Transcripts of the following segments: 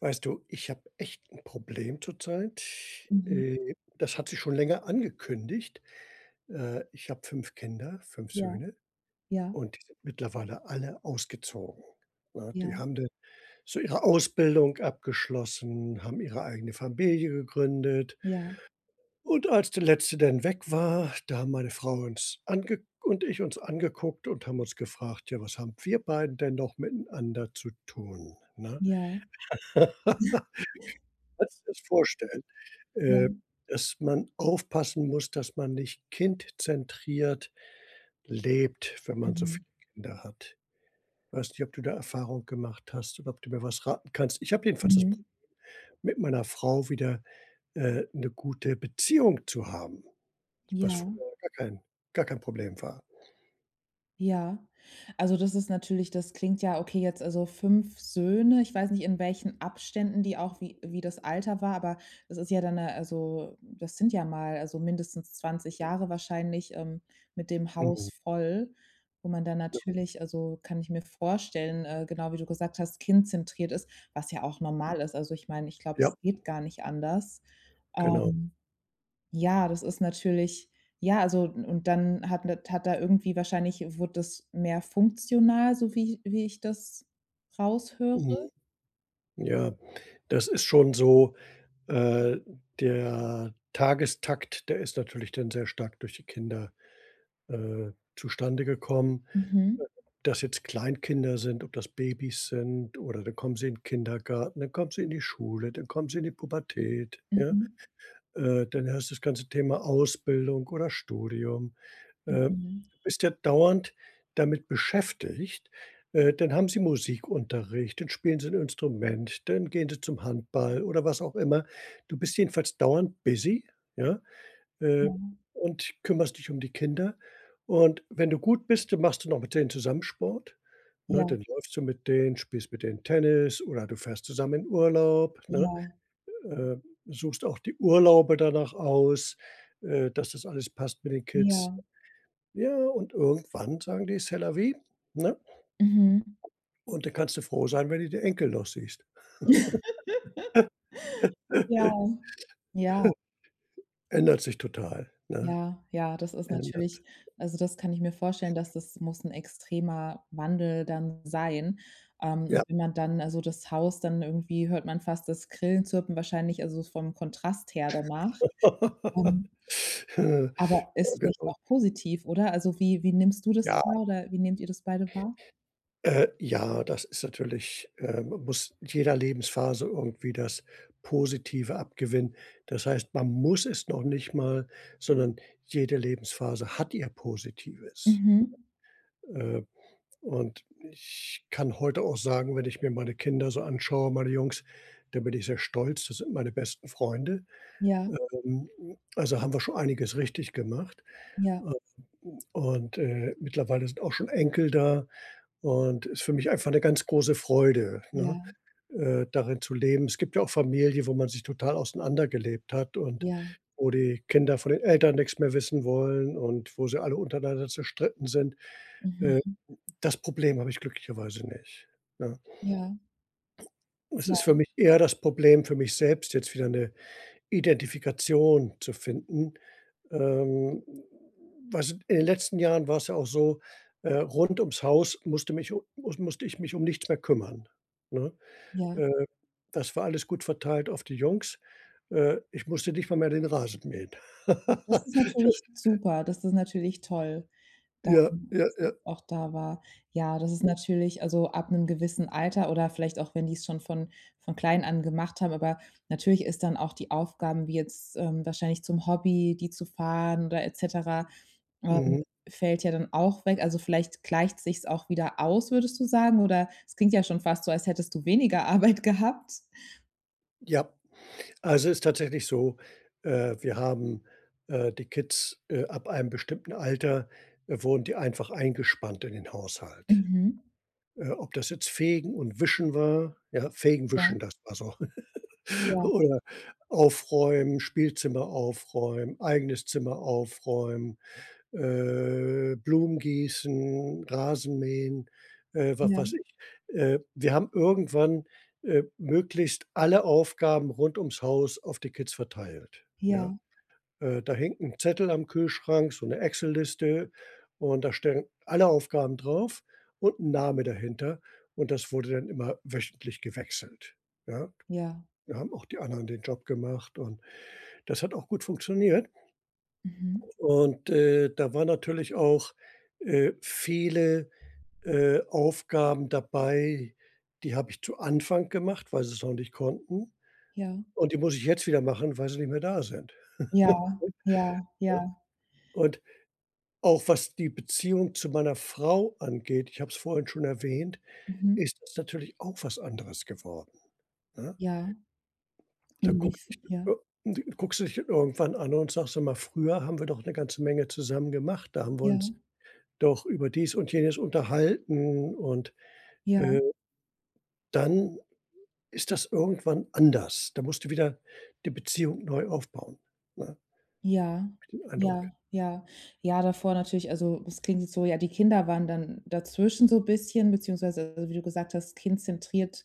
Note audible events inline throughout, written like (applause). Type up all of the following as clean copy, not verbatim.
Weißt du, ich habe echt ein Problem zurzeit. Mhm. Das hat sich schon länger angekündigt. Ich habe 5 Kinder, 5 Ja, Söhne ja, und die sind mittlerweile alle ausgezogen, ne? Die ja, haben dann so ihre Ausbildung abgeschlossen, haben ihre eigene Familie gegründet. ja, Und als der Letzte dann weg war, da haben meine Frau uns ange und ich uns angeguckt und haben uns gefragt: „Ja, was haben wir beiden denn noch miteinander zu tun", ne? ja, (laughs) Kannst du dir das vorstellen? ja. äh, dass man aufpassen muss, dass man nicht kindzentriert lebt, wenn man so Mhm. viele Kinder hat. Ich weiß nicht, ob du da Erfahrung gemacht hast oder ob du mir was raten kannst. Ich habe jedenfalls das Mhm. Problem, mit meiner Frau wieder 'ne gute Beziehung zu haben. Ja, Was früher gar kein Problem war. ja. Also, das ist natürlich, das klingt ja okay, jetzt also 5 Söhne. Ich weiß nicht, in welchen Abständen die auch, wie das Alter war, aber das ist ja dann, also, das sind ja mal, also mindestens 20 Jahre wahrscheinlich, mit dem Haus Mhm, voll, wo man dann ja. natürlich, also kann ich mir vorstellen, genau wie du gesagt hast, kindzentriert ist, was ja auch normal ist. Also, ich meine, ich glaube, Ja, es geht gar nicht anders. genau. Ähm Ja, das ist natürlich, ja, also und dann hat da irgendwie wahrscheinlich wird das mehr funktional, so wie ich das raushöre. Mhm, ja. Das ist schon so, äh, der Tagestakt, der ist natürlich dann sehr stark durch die Kinder zustande gekommen. Mhm. Ob das jetzt Kleinkinder sind, ob das Babys sind oder dann kommen sie in den Kindergarten, dann kommen sie in die Schule, dann kommen sie in die Pubertät, ja? Mhm. Dann hast du das ganze Thema Ausbildung oder Studium. Du Mhm. bist ja dauernd damit beschäftigt. Dann haben sie Musikunterricht, dann spielen sie 'n Instrument, dann gehen sie zum Handball oder was auch immer. Du bist jedenfalls dauernd busy, ja, äh, Ja. und kümmerst dich um die Kinder. Und wenn du gut bist, dann machst du noch mit denen zusammen Sport, ne? Ja, Dann läufst du mit denen, spielst mit denen Tennis oder du fährst zusammen in Urlaub, ne? ja, Äh, suchst auch die Urlaube danach aus, dass das alles passt mit den Kids. ja. Ja, und irgendwann sagen die: „C'est la vie", ne? Mhm. Und dann kannst du froh sein, wenn du die Enkel noch siehst. (laughs) Ja. (laughs) Ja, Ändert sich total, ne? ja, ja, das ist natürlich, Ändert also, das kann ich mir vorstellen, dass das muss ein extremer Wandel dann sein. Ja. Und wenn man dann, also, das Haus, dann irgendwie hört man fast das Grillenzirpen wahrscheinlich, also, vom Kontrast her danach. (laughs) Ähm Aber Ja, ist vielleicht genau. auch positiv, oder? Also, wie nimmst du das Ja, wahr oder wie nehmt ihr das beide wahr? Ja, das ist natürlich, muss jeder Lebensphase irgendwie das Positive abgewinnen. Das heißt, man muss es noch nicht mal, sondern jede Lebensphase hat ihr Positives. Mhm. Ähm Und ich kann heute auch sagen, wenn ich mir meine Kinder so anschaue, meine Jungs, da bin ich sehr stolz. Das sind meine besten Freunde. Ja, Ähm, also haben wir schon einiges richtig gemacht. ja, Und mittlerweile sind auch schon Enkel da und ist für mich einfach eine ganz große Freude, ne, ja, darin zu leben. Es gibt ja auch Familien, wo man sich total auseinandergelebt hat und ja, wo die Kinder von den Eltern nichts mehr wissen wollen und wo sie alle untereinander zerstritten sind. Äh mhm. das Problem habe ich glücklicherweise nicht, ne? Ja, Es ja, ist für mich eher das Problem für mich selbst, jetzt wieder 'ne Identifikation zu finden. Ähm, weißt du, in den letzten Jahren war's ja auch so, rund ums Haus musste ich mich um nichts mehr kümmern, ne? ja. Äh, das war alles gut verteilt auf die Jungs. Ich musste nicht mal mehr den Rasen mähen. Das (laughs) ist natürlich Das super. Das ist natürlich toll, dann, Ja, ja, dass ja. auch da war. Ja, das ist natürlich, also, ab 'nem gewissen Alter oder vielleicht auch, wenn die's schon von klein an gemacht haben, aber natürlich ist dann auch die Aufgaben wie jetzt, wahrscheinlich zum Hobby, die zu fahren oder et cetera, Ähm, Mhm. fällt ja dann auch weg. Also, vielleicht gleicht sich's auch wieder aus, würdest du sagen? Oder es klingt ja schon fast so, als hättest du weniger (laughs) Arbeit gehabt. Ja. Also, ist tatsächlich so, wir haben, die Kids, ab einem bestimmten Alter, wurden die einfach eingespannt in den Haushalt. Mhm. Ob das jetzt Fegen und Wischen war, ja, Fegen, Ja, Wischen, das war so (laughs) ja, oder aufräumen, Spielzimmer aufräumen, eigenes Zimmer aufräumen, Blumen gießen, Rasenmähen, was ja, weiß ich. Wir haben irgendwann, möglichst alle Aufgaben rund ums Haus auf die Kids verteilt, ja? ja, Da hängt ein Zettel am Kühlschrank, so eine Excel-Liste, und da stehen alle Aufgaben drauf und 'n Name dahinter, und das wurde dann immer wöchentlich gewechselt, ja? ja. Da haben auch die anderen den Job gemacht und das hat auch gut funktioniert. Mhm. Und, da war natürlich auch, viele, Aufgaben dabei, die habe ich zu Anfang gemacht, weil sie es noch nicht konnten. Ja, Und die muss ich jetzt wieder machen, weil sie nicht mehr da sind. ja, ja, ja. Und auch was die Beziehung zu meiner Frau angeht, ich habe es vorhin schon erwähnt, Mhm. ist das natürlich auch was anderes geworden, ne? Ja. Da Inwief guckst du dich Ja, irgendwann an und sagst: „Sag mal, früher haben wir doch eine ganze Menge zusammen gemacht. Da haben wir ja, uns doch über dies und jenes unterhalten und, ja. äh" Dann ist das irgendwann anders. Da musst du wieder die Beziehung neu aufbauen, ne, Ja, den Eindruck. ja, ja. Ja, davor natürlich, also, es klingt jetzt so, ja, die Kinder waren dann dazwischen so ein bisschen, beziehungsweise, also, wie du gesagt hast, kindzentriert,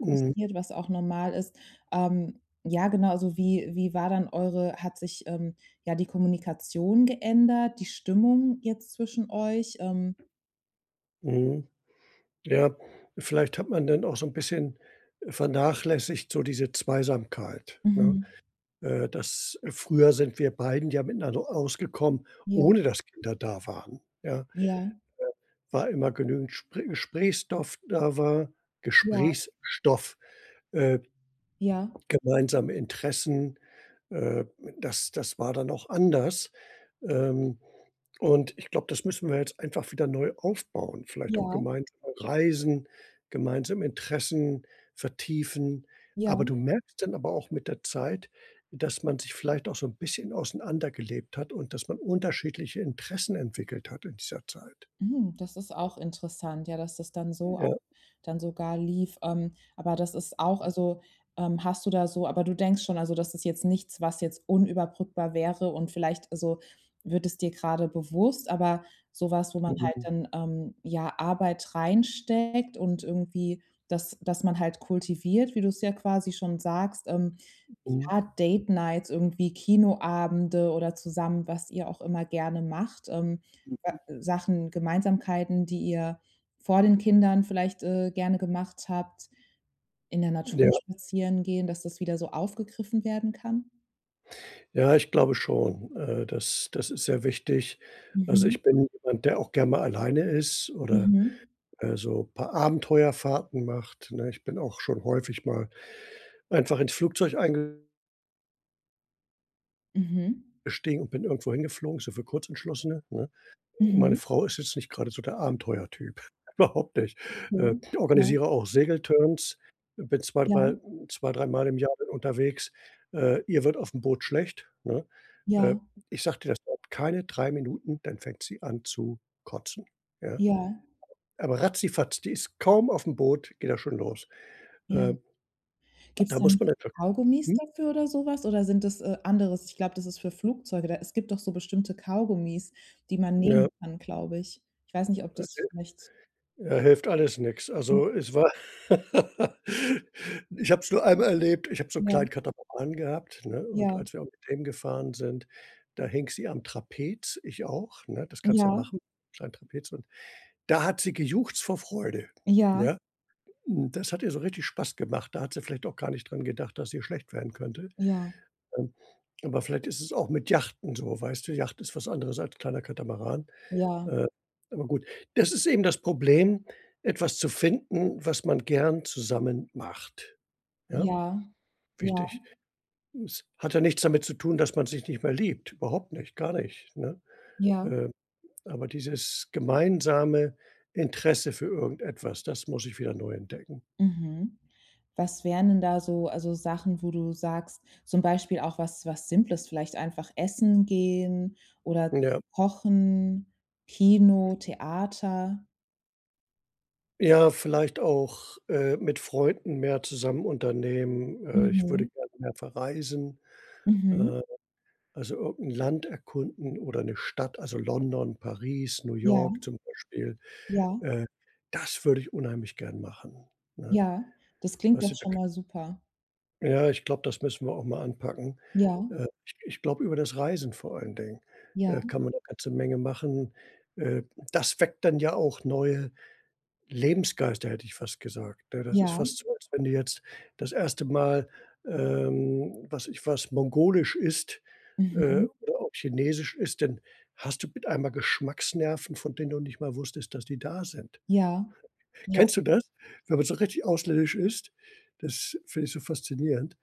Mhm, was auch normal ist. Ja, genau, also, wie war dann eure, hat sich, ja, die Kommunikation geändert, die Stimmung jetzt zwischen euch? Mhm. Ja, vielleicht hat man dann auch so 'n bisschen vernachlässigt so diese Zweisamkeit, ne? Mhm. Das früher sind wir beiden ja miteinander ausgekommen, Ja, ohne dass Kinder da waren, ja? ja, War immer genügend Spr Gesprächsstoff da. War ja, Gesprächsstoff, äh, ja, gemeinsame Interessen, äh, das war dann auch anders. Ähm, und ich glaube, das müssen wir jetzt einfach wieder neu aufbauen. Vielleicht auch ja, gemeinsam reisen, gemeinsame Interessen vertiefen. Aber ja. du merkst dann aber auch mit der Zeit, dass man sich vielleicht auch so ein bisschen auseinandergelebt hat und dass man unterschiedliche Interessen entwickelt hat in dieser Zeit. Mhm, das ist auch interessant, ja, dass das dann so Ja. dann sogar lief. Aber das ist auch, also, hast du da so, aber du denkst schon, also, das ist jetzt nichts, was jetzt unüberbrückbar wäre und vielleicht, also, wird es dir gerade bewusst, aber sowas, wo man halt Mhm. dann, ja, Arbeit reinsteckt und irgendwie das, dass man halt kultiviert, wie du es ja quasi schon sagst, Mhm. ja, Date Nights, irgendwie Kinoabende oder zusammen, was ihr auch immer gerne macht, äh, Mhm. Sachen, Gemeinsamkeiten, die ihr vor den Kindern vielleicht gerne gemacht habt, in der Natur Ja. spazieren gehen, dass das wieder so aufgegriffen werden kann? Ja, ich glaube schon. Das ist sehr wichtig. Also, Mhm, ich bin jemand, der auch gerne mal alleine ist oder mhm, so ein paar Abenteuerfahrten macht, ne? Ich bin auch schon häufig mal einfach ins Flugzeug eingestiegen mhm, und bin irgendwo hingeflogen, so für Kurzentschlossene, ne? Meine mhm, Frau ist jetzt nicht gerade so der Abenteuertyp, (laughs) überhaupt nicht. Äh, okay. ich Ja, organisiere auch Segelturns, bin zwei, drei ja, zwei, drei Mal im Jahr unterwegs. Ihr wird auf dem Boot schlecht, ne? Äh, ja, ich sagte, das dauert keine 3 Minuten, dann fängt sie an zu kotzen, ja? ja, Aber ratzifatz, die ist kaum auf dem Boot, geht das schon los. Äh, ja. Gibt's da da muss nicht man. Kaugummis Hm? dafür oder sowas? Oder sind das anderes? Ich glaube, das ist für Flugzeuge. Da es gibt doch so bestimmte Kaugummis, die man Ja, nehmen kann, glaube ich. Ich weiß nicht, ob äh, das vielleicht. ja, hilft alles nix. Hm, Also, es war. (laughs) Ich habe es nur einmal erlebt. Ich habe so 'n ja, kleinen Katamaran gehabt, ne, und ja, als wir auch mit dem gefahren sind, da hing sie am Trapez, ich auch, ne? Das kannst du ja ja, machen, kleinen Trapez, und da hat sie gejuchzt vor Freude, ja, ja? Das hat ihr so richtig Spaß gemacht. Da hat sie vielleicht auch gar nicht dran gedacht, dass ihr schlecht werden könnte. ja, Ähm, aber vielleicht ist es auch mit Yachten so, weißt du? Yacht ist was anderes als kleiner Katamaran. ja, Äh, aber gut, das ist eben das Problem, etwas zu finden, was man gern zusammen macht. Ja, ja, ja, wichtig. Es hat ja nichts damit zu tun, dass man sich nicht mehr liebt, überhaupt nicht, gar nicht, ne? ja, Äh, aber dieses gemeinsame Interesse für irgendetwas, das muss ich wieder neu entdecken. mhm. Was wären denn da so, also, Sachen, wo du sagst, zum Beispiel auch, was was Simples, vielleicht einfach essen gehen oder Ja. kochen, Kino, Theater? Ja, vielleicht auch mit Freunden mehr zusammen unternehmen. Ich würde Mhm. gerne mehr verreisen, Mhm. äh also, irgendein Land erkunden oder eine Stadt, also, London, Paris, New York Ja, zum Beispiel. ja, Äh, das würde ich unheimlich gern machen, ne? ja. Das klingt Weißt doch du, da schon k mal super. ja, ich glaube, das müssen wir auch mal anpacken. Ja, Ich glaube, über das Reisen vor allen Dingen ja, kann man 'ne ganze Menge machen. Äh, das weckt dann ja auch neue Lebensgeister, hätte ich fast gesagt, ne? Das ist ja. fast so, als wenn du jetzt das erste Mal, was weiß ich was, mongolisch isst, Mhm. oder auch chinesisch isst, dann hast du mit einmal Geschmacksnerven, von denen du nicht mal wusstest, dass die da sind. Ja, ja, Kennst du das? Wenn man so richtig ausländisch isst, das finde ich so faszinierend.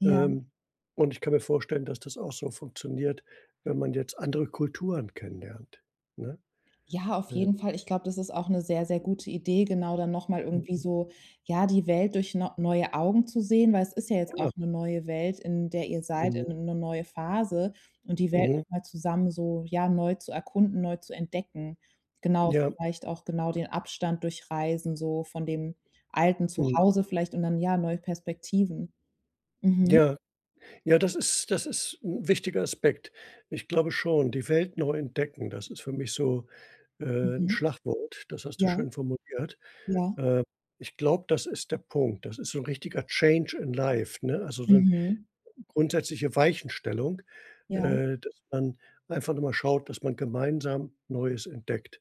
ja. Ähm, und ich kann mir vorstellen, dass das auch so funktioniert, wenn man jetzt andere Kulturen kennenlernt, ne? Ja, auf Äh, jeden Fall. Ich glaube, das ist auch eine sehr, sehr gute Idee, genau, dann noch mal irgendwie so, ja, die Welt durch neue Augen zu sehen, weil es ist ja jetzt auch ja, eine neue Welt, in der ihr seid, mhm, in eine neue Phase, und die Welt mhm, noch mal zusammen so, ja, neu zu erkunden, neu zu entdecken. Genau, ja, vielleicht auch genau den Abstand durchreisen, so von dem alten mhm, Zuhause vielleicht und dann, ja, neue Perspektiven. Mhm, ja. Ja, das ist ein wichtiger Aspekt. Ich glaube schon, die Welt neu entdecken, das ist für mich so, 'n mhm. Schlagwort, das hast du Ja, schön formuliert. ja. Äh, ich glaube, das ist der Punkt. Das ist so ein richtiger Change in Life, ne? Also, so 'n Mhm. grundsätzliche Weichenstellung, Ja, dass man einfach nur schaut, dass man gemeinsam Neues entdeckt.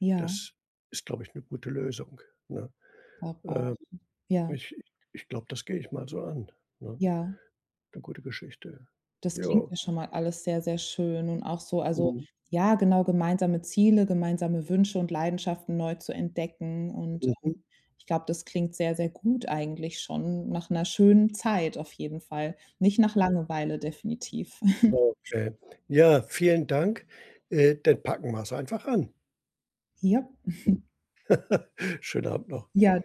ja, Das ist, glaube ich, eine gute Lösung, ne? glaube auch. Ähm, Ja, ich glaube, das gehe ich mal so an, ne? ja. 'Ne gute Geschichte. Das klingt Ja. ja schon mal alles sehr, sehr schön und auch so, also, Mhm. ja, genau, gemeinsame Ziele, gemeinsame Wünsche und Leidenschaften neu zu entdecken und, Mhm. ich glaube, das klingt sehr, sehr gut, eigentlich schon nach einer schönen Zeit auf jeden Fall. Nicht nach Langeweile definitiv. (laughs) Okay. Ja, vielen Dank. Dann packen wir's einfach an. Ja. (laughs) Schönen Abend noch. Ja.